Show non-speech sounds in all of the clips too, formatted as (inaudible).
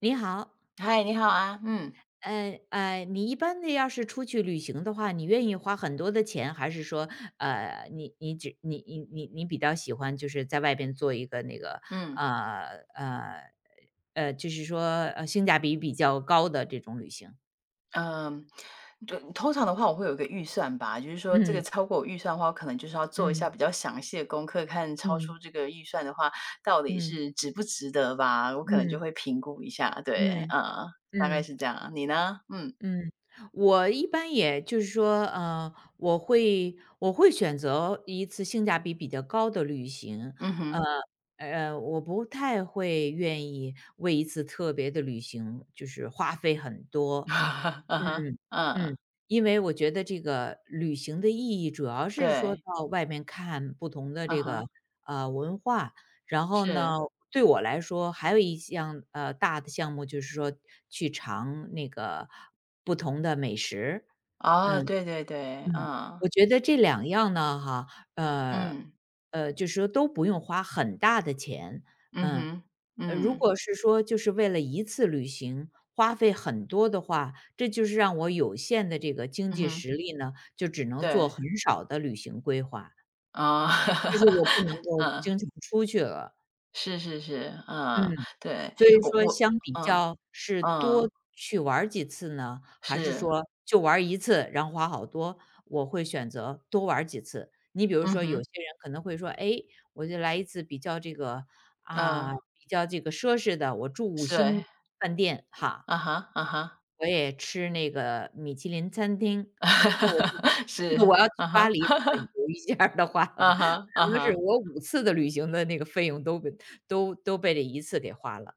你好，嗨，你好啊。嗯你一般的要是出去旅行的话，你愿意花很多的钱，还是说，你你只你你你你比较喜欢就是在外边做一个那个嗯呃呃就是说性价比比较高的这种旅行？嗯，对，通常的话我会有一个预算吧，就是说这个嗯超过我预算的话，我可能就是要做一下嗯比较详细的功课，看超出嗯这个预算的话，到底嗯是值不值得吧，我可能就嗯会评估一下。对，嗯嗯，嗯大概嗯。是这样。你呢？嗯嗯，我一般也就是说，我会选择一次性价比比较高的旅行，嗯呃哼。我不太会愿意为一次特别的旅行就是花费很多，(laughs) 嗯哼，嗯，嗯，嗯，因为我觉得这个旅行的意义主要是说对，到外面看不同的嗯这个，哼，文化，然后呢，是，对我来说还有一项，大的项目就是说去尝那个不同的美食，哦，嗯，对对对，嗯。嗯我觉得这两样呢哈，呃，嗯就是说都不用花很大的钱，嗯嗯。哼，如嗯果是说就是为了一次旅行花费很多的话，这就是让我有限的这个经嗯济哼。实力呢，就只能做对。很少的旅行规划，哦，就是我不能 (laughs) 够嗯。经常出去了，是是是，嗯，嗯。对，所以我说我相比嗯，较是嗯，多去玩儿几次呢，还是是，说就玩儿一次，然后花好多？我会选择多玩儿几次。你比如嗯说有哼，些人可能会说，哎，我就来一次比较这个嗯，比较这个奢侈的，我住五对，星饭店哈，啊哈，啊哈，我也吃那个米其林餐厅，那我就 (laughs) 是，(laughs) 我要啊去哈，巴黎这么游一下儿的话，(laughs) 可啊哈，啊能是哈。我五次的旅行的那个费用都被都都被这一次给花了，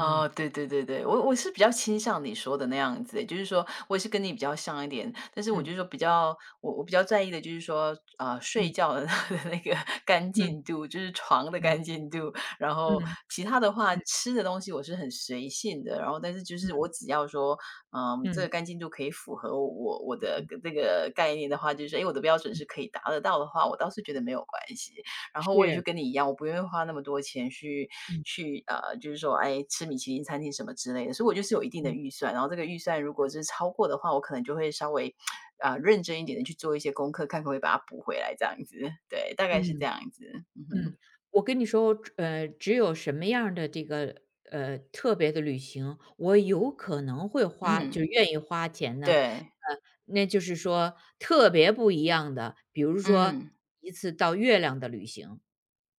嗯。对对对对，我是比较倾向你说的那样子欸，就是说我也是跟你比较像一点，但是我就嗯，说比较，我比较在意的就是说，啊睡嗯，觉的 (laughs) 那个干嗯，净度，就是床的嗯，干净度，然嗯，后嗯，其他的话，吃的东西我是很随性的，然后但是就是我嗯，只要说，嗯，这个嗯，干净度可以符合我的嗯，这个概念的话，就是说，诶，我的标准嗯是可以达得到的话，我倒是觉得没有关系。然后我也就是，跟你一样，我不愿意花那么多钱去嗯，就是说，哎，吃米其林餐厅什么之类的，所以我就是有一定的嗯，预算，然后这个预算如果是超过的话，我可能就会稍微啊、认真一点的去做一些功课，看可不可以把它补回来，这样子。对，大概是这嗯，样子，嗯哼，嗯。我跟你说，只有什么样儿的这个，特别的旅行，我有可能会花嗯，就愿意花钱呢，对，呃，那就是说特别不一样的，比如说嗯。一次到月亮的旅行，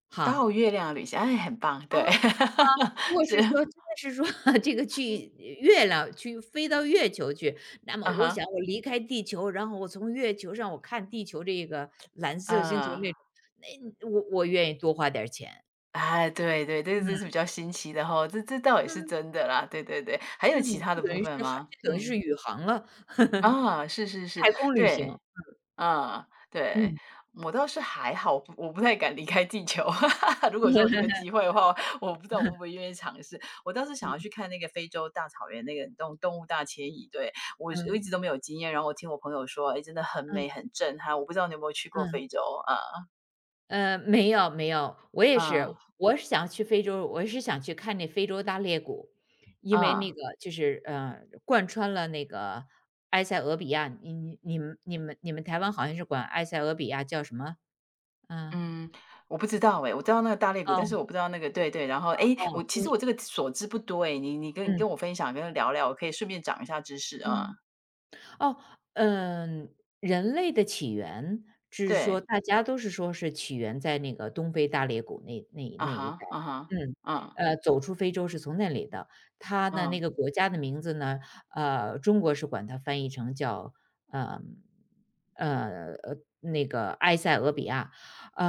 哈。到月亮旅行，哎，很棒，对，如 (laughs) 果是，是说真的是说 (laughs) 这个去月亮去飞到月球去，那么啊我想哈，我离开地球，然后我从月球上我看地球这个蓝色星球嗯。那种，那我愿意多花点儿钱。哎，对对，这嗯，这是比较新奇的哈，这倒也是嗯，真的啦。对对对，还嗯有其他的部分吗？这等于是嗯。宇航了，啊，是是是，太空旅行。对，啊，对。嗯 我倒是还好，不我不太敢离开地球。(laughs) 如果说 (laughs)，有这嗯，个机会的话，我不知道我会不会 (laughs) 愿意尝试。我倒是想要去看那个非洲大草原那个动物大迁移。对，我一嗯，直都没有经验，然后我听我朋友说，哎，真的很美，嗯，很震撼。我不知道你有没有去过非嗯。洲？啊？没有没有，我也是，啊我是想去非洲，我是想去看那非洲大裂谷，因为那啊，个就是贯穿了那个埃塞俄比亚，你们台湾好像是管埃塞俄比亚叫什么？嗯，嗯，我不知道哎，我知道那个大裂谷，但哦是我不知道那个。对对。然后哎，哦，我其实你我这个所知不多哎，你跟嗯我分享，跟我聊聊，我可以顺便长一下知识啊。嗯。哦，嗯，人类的起源，就是对，说大家都是说是起源在那个东非大裂谷那那啊那一带，哈，啊哈，嗯，嗯，走出非洲是从那里的。它的那嗯，个国家的名字呢，中国是管它翻译成叫，呃，呃，呃，那个埃塞俄比亚，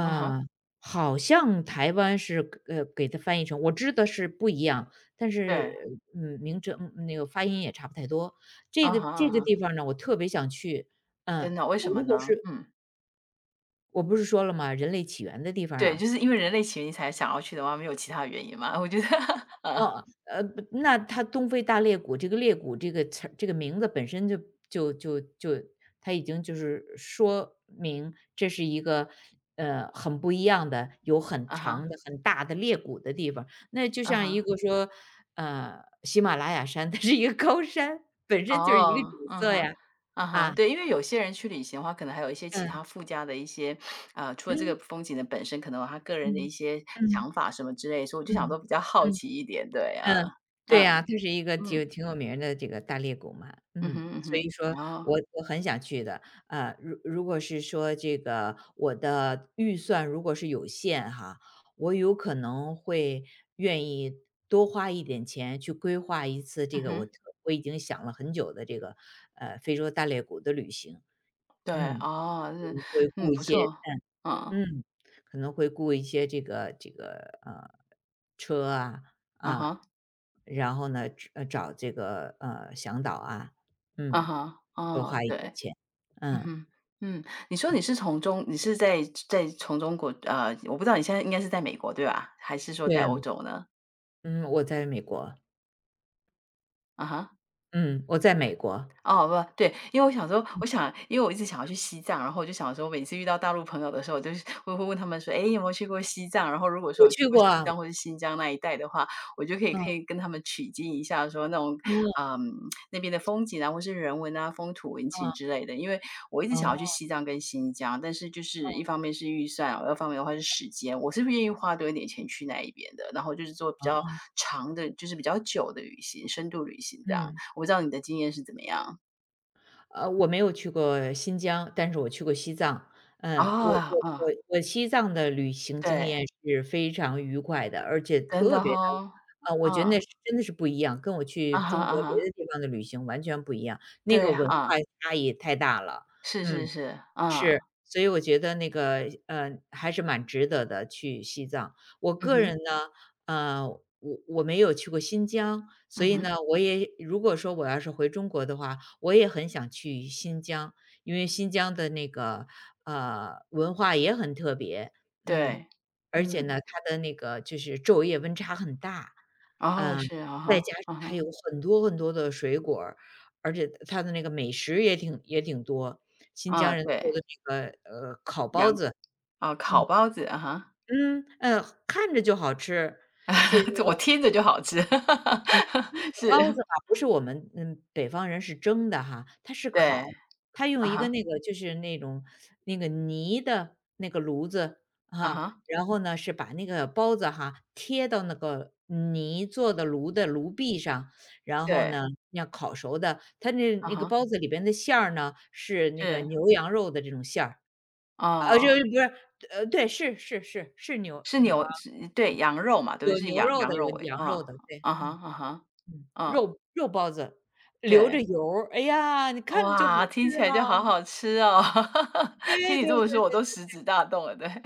啊哈，好像台湾是给它翻译成，我知道是不一样，但是对，名称那个发音也差不太多。啊这个哈，啊这个哈。地方呢，我特别想去。嗯，真的，为什我么如果呢？是嗯。我不是说了吗，人类起源的地方对，啊。就是因为人类起源你才想要去的话，没有其他原因嘛，我觉得，(laughs) 啊，哦，不那它东非大裂谷，这个裂谷这个词儿这个名字本身就它已经就是说明这是一个，很不一样的，有很啊哈，长的、很大的裂谷的地方。那就啊像一哈，个说，喜马拉雅山，它是一个高山，本身就是一个哦，景嗯色哼，呀。啊哈，啊，对，因为有些人去旅行的话，可能还有一些其嗯，他附加的一些，除了这个嗯，风景的本身，可能有他个人的一嗯，些想嗯。法什么之类，所以我就想嗯，都比较好嗯，奇一点，对，啊，嗯，嗯，对呀，它是一个就嗯，挺有名儿的这个大裂谷嘛，嗯嗯，哼，嗯所哼，以说然后，我很想去的。如果是说这个我的预算如果是有限哈，我有可能会愿意多花一点钱去规划一次这嗯个哼。我已经想了很久的这个，非洲大裂谷的旅行。对，嗯，哦，可嗯，能会嗯，雇一不些错，嗯，嗯，可能会雇一些这个，车啊，啊啊，哈，然后呢，找这个，向导啊，啊嗯，哈，多哦，花一对，点钱。嗯嗯，哼，嗯。你说你是从中你是在在从中国呃，我不知道你现在应该是在美国，对吧？还是说对在啊，欧洲呢？嗯，我在美国，啊哈。嗯，我在美国，哦，不，对，因为我想说，嗯，我想因为我一直想要去西藏，然后我就想说，每次遇到大陆朋友的时候，我就是会问他们说："诶，有没有去过西藏？"然后如果说我我去去过过西啊，藏或是新疆那一带的话，我就可以嗯，可以跟他们取经一下，说那种，哦，嗯，那边的风景啊，或是人文啊、风土人哦，情之类的。因为我一直哦，想要去西藏跟新疆，但是就是一方面是预算，二方面的话是时间，我是不愿意花多一点钱去那一边的，然后就是做比较哦，长的，就是比较久的旅行，深度旅行这样。嗯。我不知道你的经验是怎么样？我没有去过新疆，但是我去过西藏。嗯，我啊我嗯，我我西藏的旅行经对，验是非常愉快的，而且真特的别的哈，啊，我觉得嗯，那是真的是不一样，跟我去啊哈中啊国别哈，的地方的旅行完全不一样，那对个呀文啊，化嗯，差异太大了，是是嗯。是，嗯，是，所以我觉得那个，还是蛮值得的，去西藏。我嗯个人哼，呢，呃，我我没有去过新疆，所嗯以呢，哼，我也如果说我要是回中国的话，我也很想去新疆，因为新疆的那个，文化也很特别，嗯，对，而且嗯，呢，它的那个就是昼夜温差很大，哦，嗯，是，啊再哈，加上啊它哈，有很多很多的水果儿而且他的那个美食也挺多，新啊，疆人做对，的那个，烤包羊，子，啊，烤嗯，包子，啊哈，嗯，看着就好吃，是 (laughs) 这我听着就好吃，(laughs) 那个是，包子吧，不是我们北方人是蒸的哈，它是对，烤，它用啊一个哈，那个就是那种那个泥的那个炉子啊哈，哈，然后呢是把那个包子哈贴到那个泥做的炉壁上，然后对，呢要烤熟的，它啊那个哈，包子里边的馅儿呢是那个是，牛羊肉的这种馅儿，啊，就哦，不是对，是是牛牛，羊是对，羊肉嘛，对不对，有是牛羊肉羊的，有肉味，羊嗯，肉的，对，啊哈，嗯。啊哈，嗯，嗯，肉肉包子，流对。着油儿，哎呀，你看着就好吃 哇，听起 (laughs) 来就啊。好好吃哦。(laughs) 听对你对这对么说，我都食指大动了。对。(laughs)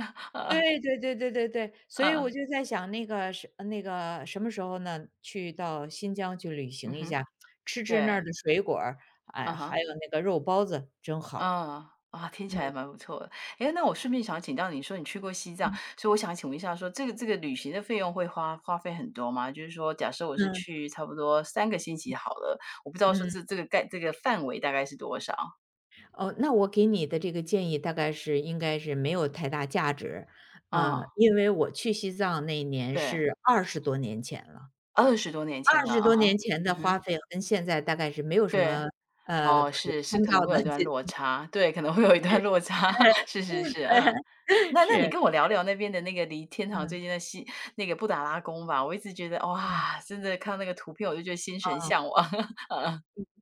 对对对对对对对，所以我嗯，就在想那个什么时候呢，去到新疆去旅嗯行一哼，下，吃吃那儿对，的水果儿，嗯哎，哼，还有那个肉包子，真好。嗯，啊，听起来嗯蛮不错的。哎，那我顺便想请教你说你去过西藏，嗯所以我想请问一下说这个这个旅行的费用会花费很多吗？就是说假设我是嗯去差不多三个星期好了，我不知道说嗯，这这个概这个范围大概是多少？哦，那我给你的这个建议大概是应该是没有太大价值，啊，因为我去西藏那年对，是二十多年前了。二十多年前二了，十啊，多哈，年前嗯的哼，花费跟现在大概是没有什对。么，哦，可是，是参可照能会的 有一段落差，对，可能会有一段落差，(laughs) 是是是，嗯。(laughs) 那那你是，跟我聊聊那边的那个离天堂最嗯，近的那个布达拉宫吧，我一直觉得，嗯，哇，真的看到那个图片我就觉得心神向往。哦 (laughs)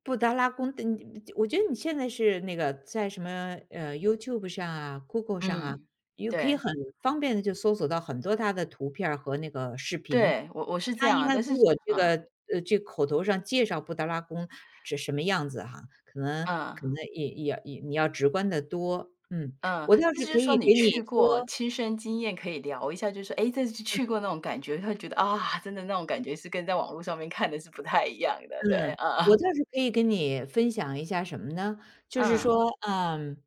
布达拉宫的你我觉得你现在是那个在什么，YouTube 上啊，Google 上啊，嗯，也可以对，很方便的就搜索到很多他的图片儿和那个视频。对，我是这他样应啊，该但是 比我 (laughs) 这嗯，个这口头上介绍布达拉宫是什么样子哈，可能嗯，可能也你要直观的多。嗯，嗯，我倒那就是是可说以你给你去过，说亲身经验可以聊一下，就是说哎，诶，这次去过那种感觉，会觉得，啊，真的那种感觉是跟在网络上面看的是不太一样的，对，嗯啊，我倒是可以跟你分享一下什么呢？就是嗯，说，嗯，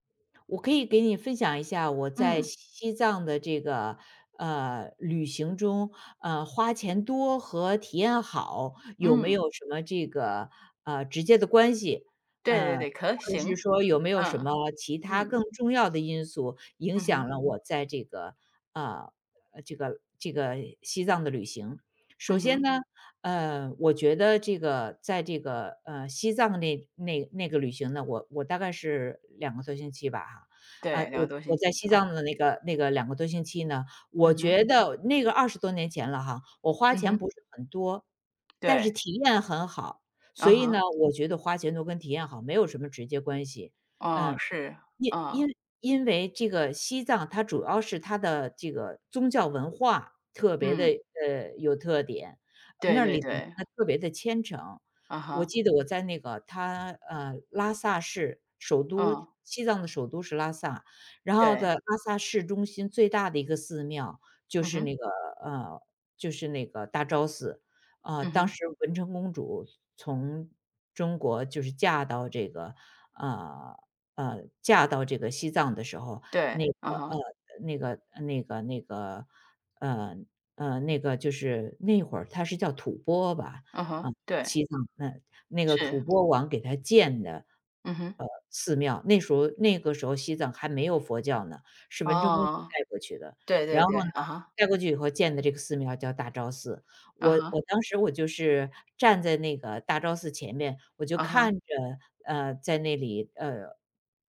我可以给你分享一下我在嗯，西藏的这个，旅行中，花钱多和体验好有没嗯。有什么这个，直接的关系。对对对，可或者是行，说有没有什嗯，么其他嗯，更重要的因素影嗯哼，响了我在这个，呃，这个西藏的旅行。首嗯先哼，呢，我觉得这个在这个，西藏那个旅行呢，我大概是两个多星期吧哈，对，两个我多星我在期，西啊，藏的那个两个多星期呢，嗯我哼，觉得那个二十多年前了哈，我花嗯钱哼，不是很多，但对，是体验很好，嗯所以哼，呢，我觉得花钱多跟体验好没有什么直接关系，哦，嗯。是，因嗯，因因为这个西藏它主要是它的这个宗教文化特别的嗯，有特点，对那对里的人对，呢特别的虔诚。啊我哈，记得我在那个拉萨市首都嗯，西藏的首都是拉萨，然后对，在拉萨市中心最大的一个寺庙就嗯是哼，那个，呃，就是那个大昭寺。啊，嗯当哼，时文成公主从中国就是嫁到这个，呃嫁到这个西藏的时候，那对，啊个哈，那个，呃那个就是那会儿他是叫吐蕃吧，嗯哼，啊，对，西藏那个吐是，蕃王给他建的，嗯哼，寺庙，那时候那个时候西藏还没有佛教呢，是文成公主哦，带过去的。对对然后对，呢，啊哈，带过去以后建的这个寺庙叫大昭寺，啊我哈，我当时我就是站在那个大昭寺前面，我就啊哈，看着，在那里，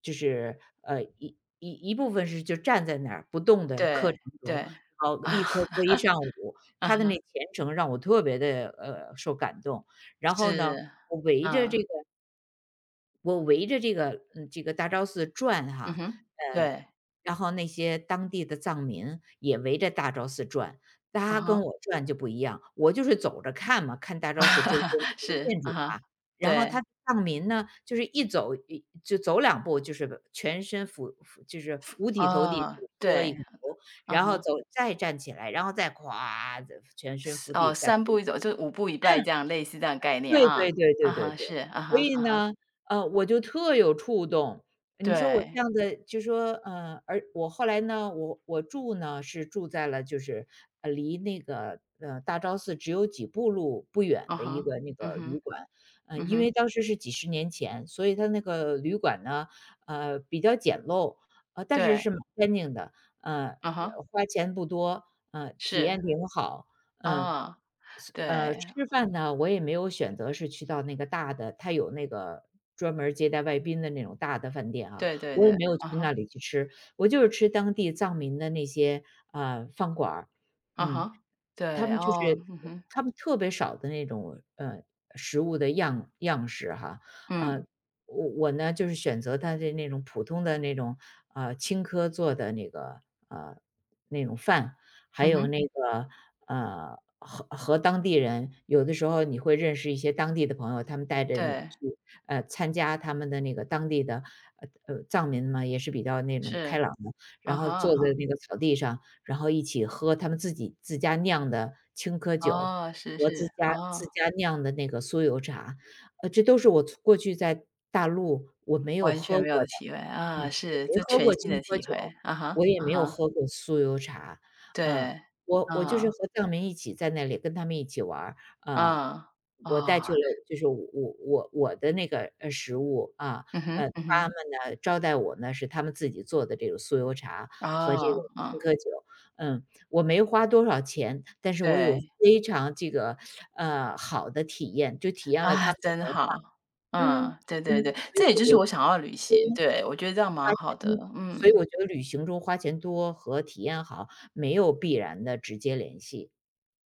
就是，一部分是就站在那儿不动的对，磕长头，对，然后啊磕一哈 上午，(laughs)，啊他哈，的那虔诚让我特别的受感动。然后呢，是，我围着嗯，这个我围着这个这个大昭寺转嗯哈，哼，呃，对，然后那些当地的藏民也围着大昭寺转，啊他跟哈，我转就不一样，我就是走着看嘛，看大昭寺周边的 (laughs) 这个是，建啊筑哈，啊，然后对。他藏民呢，就是一走一就走两步，就是全身俯就是五体投地，哦，就磕一对，个头，嗯然后哼，走再站起来，然后再咵全身是伏哦，地再磕。三步一走就是五步一拜这样，类似这样的概念对啊，对对啊对对哈，对，是，啊哈，所以啊哈，呢，我就特有触动。你说我这对，样的就说，而我后来呢，我住呢是住在了就是，离那个，大昭寺只有几步路不远啊的一哈，个那嗯个旅哼，馆。嗯因哼，为当时是几十年前，所以它那个旅馆呢，比较简陋，但是对，是蛮干净的，呃，啊哈，花钱不多，体是，验挺好，嗯。啊，对，吃饭呢，我也没有选择是去到那个大的，它有那个专门儿接待外宾的那种大的饭店啊，对对我对，也没有去啊哈，那里去吃，我就是吃当地藏民的那些，饭馆儿，啊嗯。哈，他对，们就哦，是嗯哼，他们特别少的那种，食物的样式哈。呃，嗯，我呢，就是选择他的那种普通的那种，青稞做的那个，呃，那种饭，还嗯有哼，那个，和当地人有的时候你会认识一些当地的朋友，他们带着你对，去，参加他们的那个当地的，呃，藏民嘛，也是比较那种开是，朗的，啊然后哈，啊坐在哈，那个草地上，然后一起喝他们自己自家酿的青稞酒哦，是和自是，家哦，自家酿的那个酥油茶，这都是我从过去在大陆我没有完喝全没有过的的。体会啊，嗯，我是，没这喝全过新青的稞体酒，会，啊哈，我也啊没有哈，喝过酥油茶，啊，对，我就是啊，和藏民一起在那里跟他们一起玩儿，啊，啊，我哦，带去了就是我我的那个，食物，啊，嗯哼，嗯他哼，们呢，招待我呢，是他们自己做的这个酥油茶和这啊，个嗯，青稞酒。嗯，我没花多少钱，但是我有对，非常这个，好的体验，就体验了他啊，们的真文化。好。嗯，嗯，对对嗯，对，所以这也我就觉是得我想要的旅行，对，我觉得这样蛮花好的，钱所以嗯。我觉得旅行中花钱多和体验好没有必然的直接联系。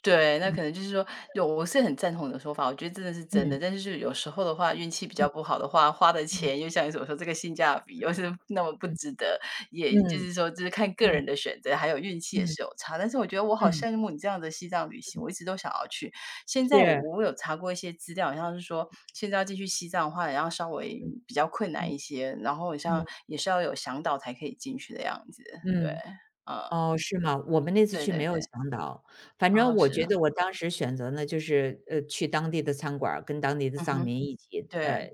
对，那嗯，可能就是说，有我是很赞同你的说法，我觉得真的是真嗯，的。但是就是有时候的话，运气比较不好的话，花的嗯，钱又像你所说，这个性价比又是那么不嗯，值得，也嗯，就嗯，是说，就是看个嗯，人的选择，还有运气也嗯，是有差。但是我觉得我好嗯，羡慕你这样的西藏旅行，我一直都想要去。现在我是，我有查过一些资料，好像是说现在要进去西藏的话，也要稍微嗯，比较困难嗯，一些，然后好像嗯，也是要有向导才可以进去的样子。对，嗯。嗯，哦，是吗？我们那次对去对没有对，向导，反正哦，我是觉啊，得我当时选择呢，就是去当地的餐馆儿跟当地的嗯藏哼，民一起，对，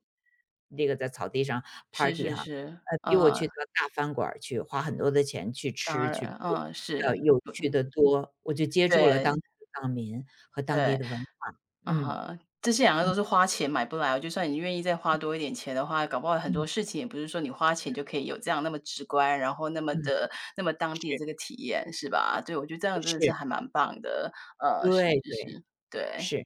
那个在草地上 是 party 是哈，是，比嗯，我去到大饭馆儿去花很多的钱去当吃然，去住嗯，是，要有趣的多。我就接触了当对，地的藏民和当地对，的文化，啊嗯，哈，这些两个都是花钱买不来哦，就算你愿意再花多一点钱的话，搞不好很嗯，多事情也不是说你花钱就可以有这样那么直观，然后那么嗯，的那么当地的是，这个体验，是吧？对，我觉得这样真的是是，还蛮棒的，是对是对，是，对。是。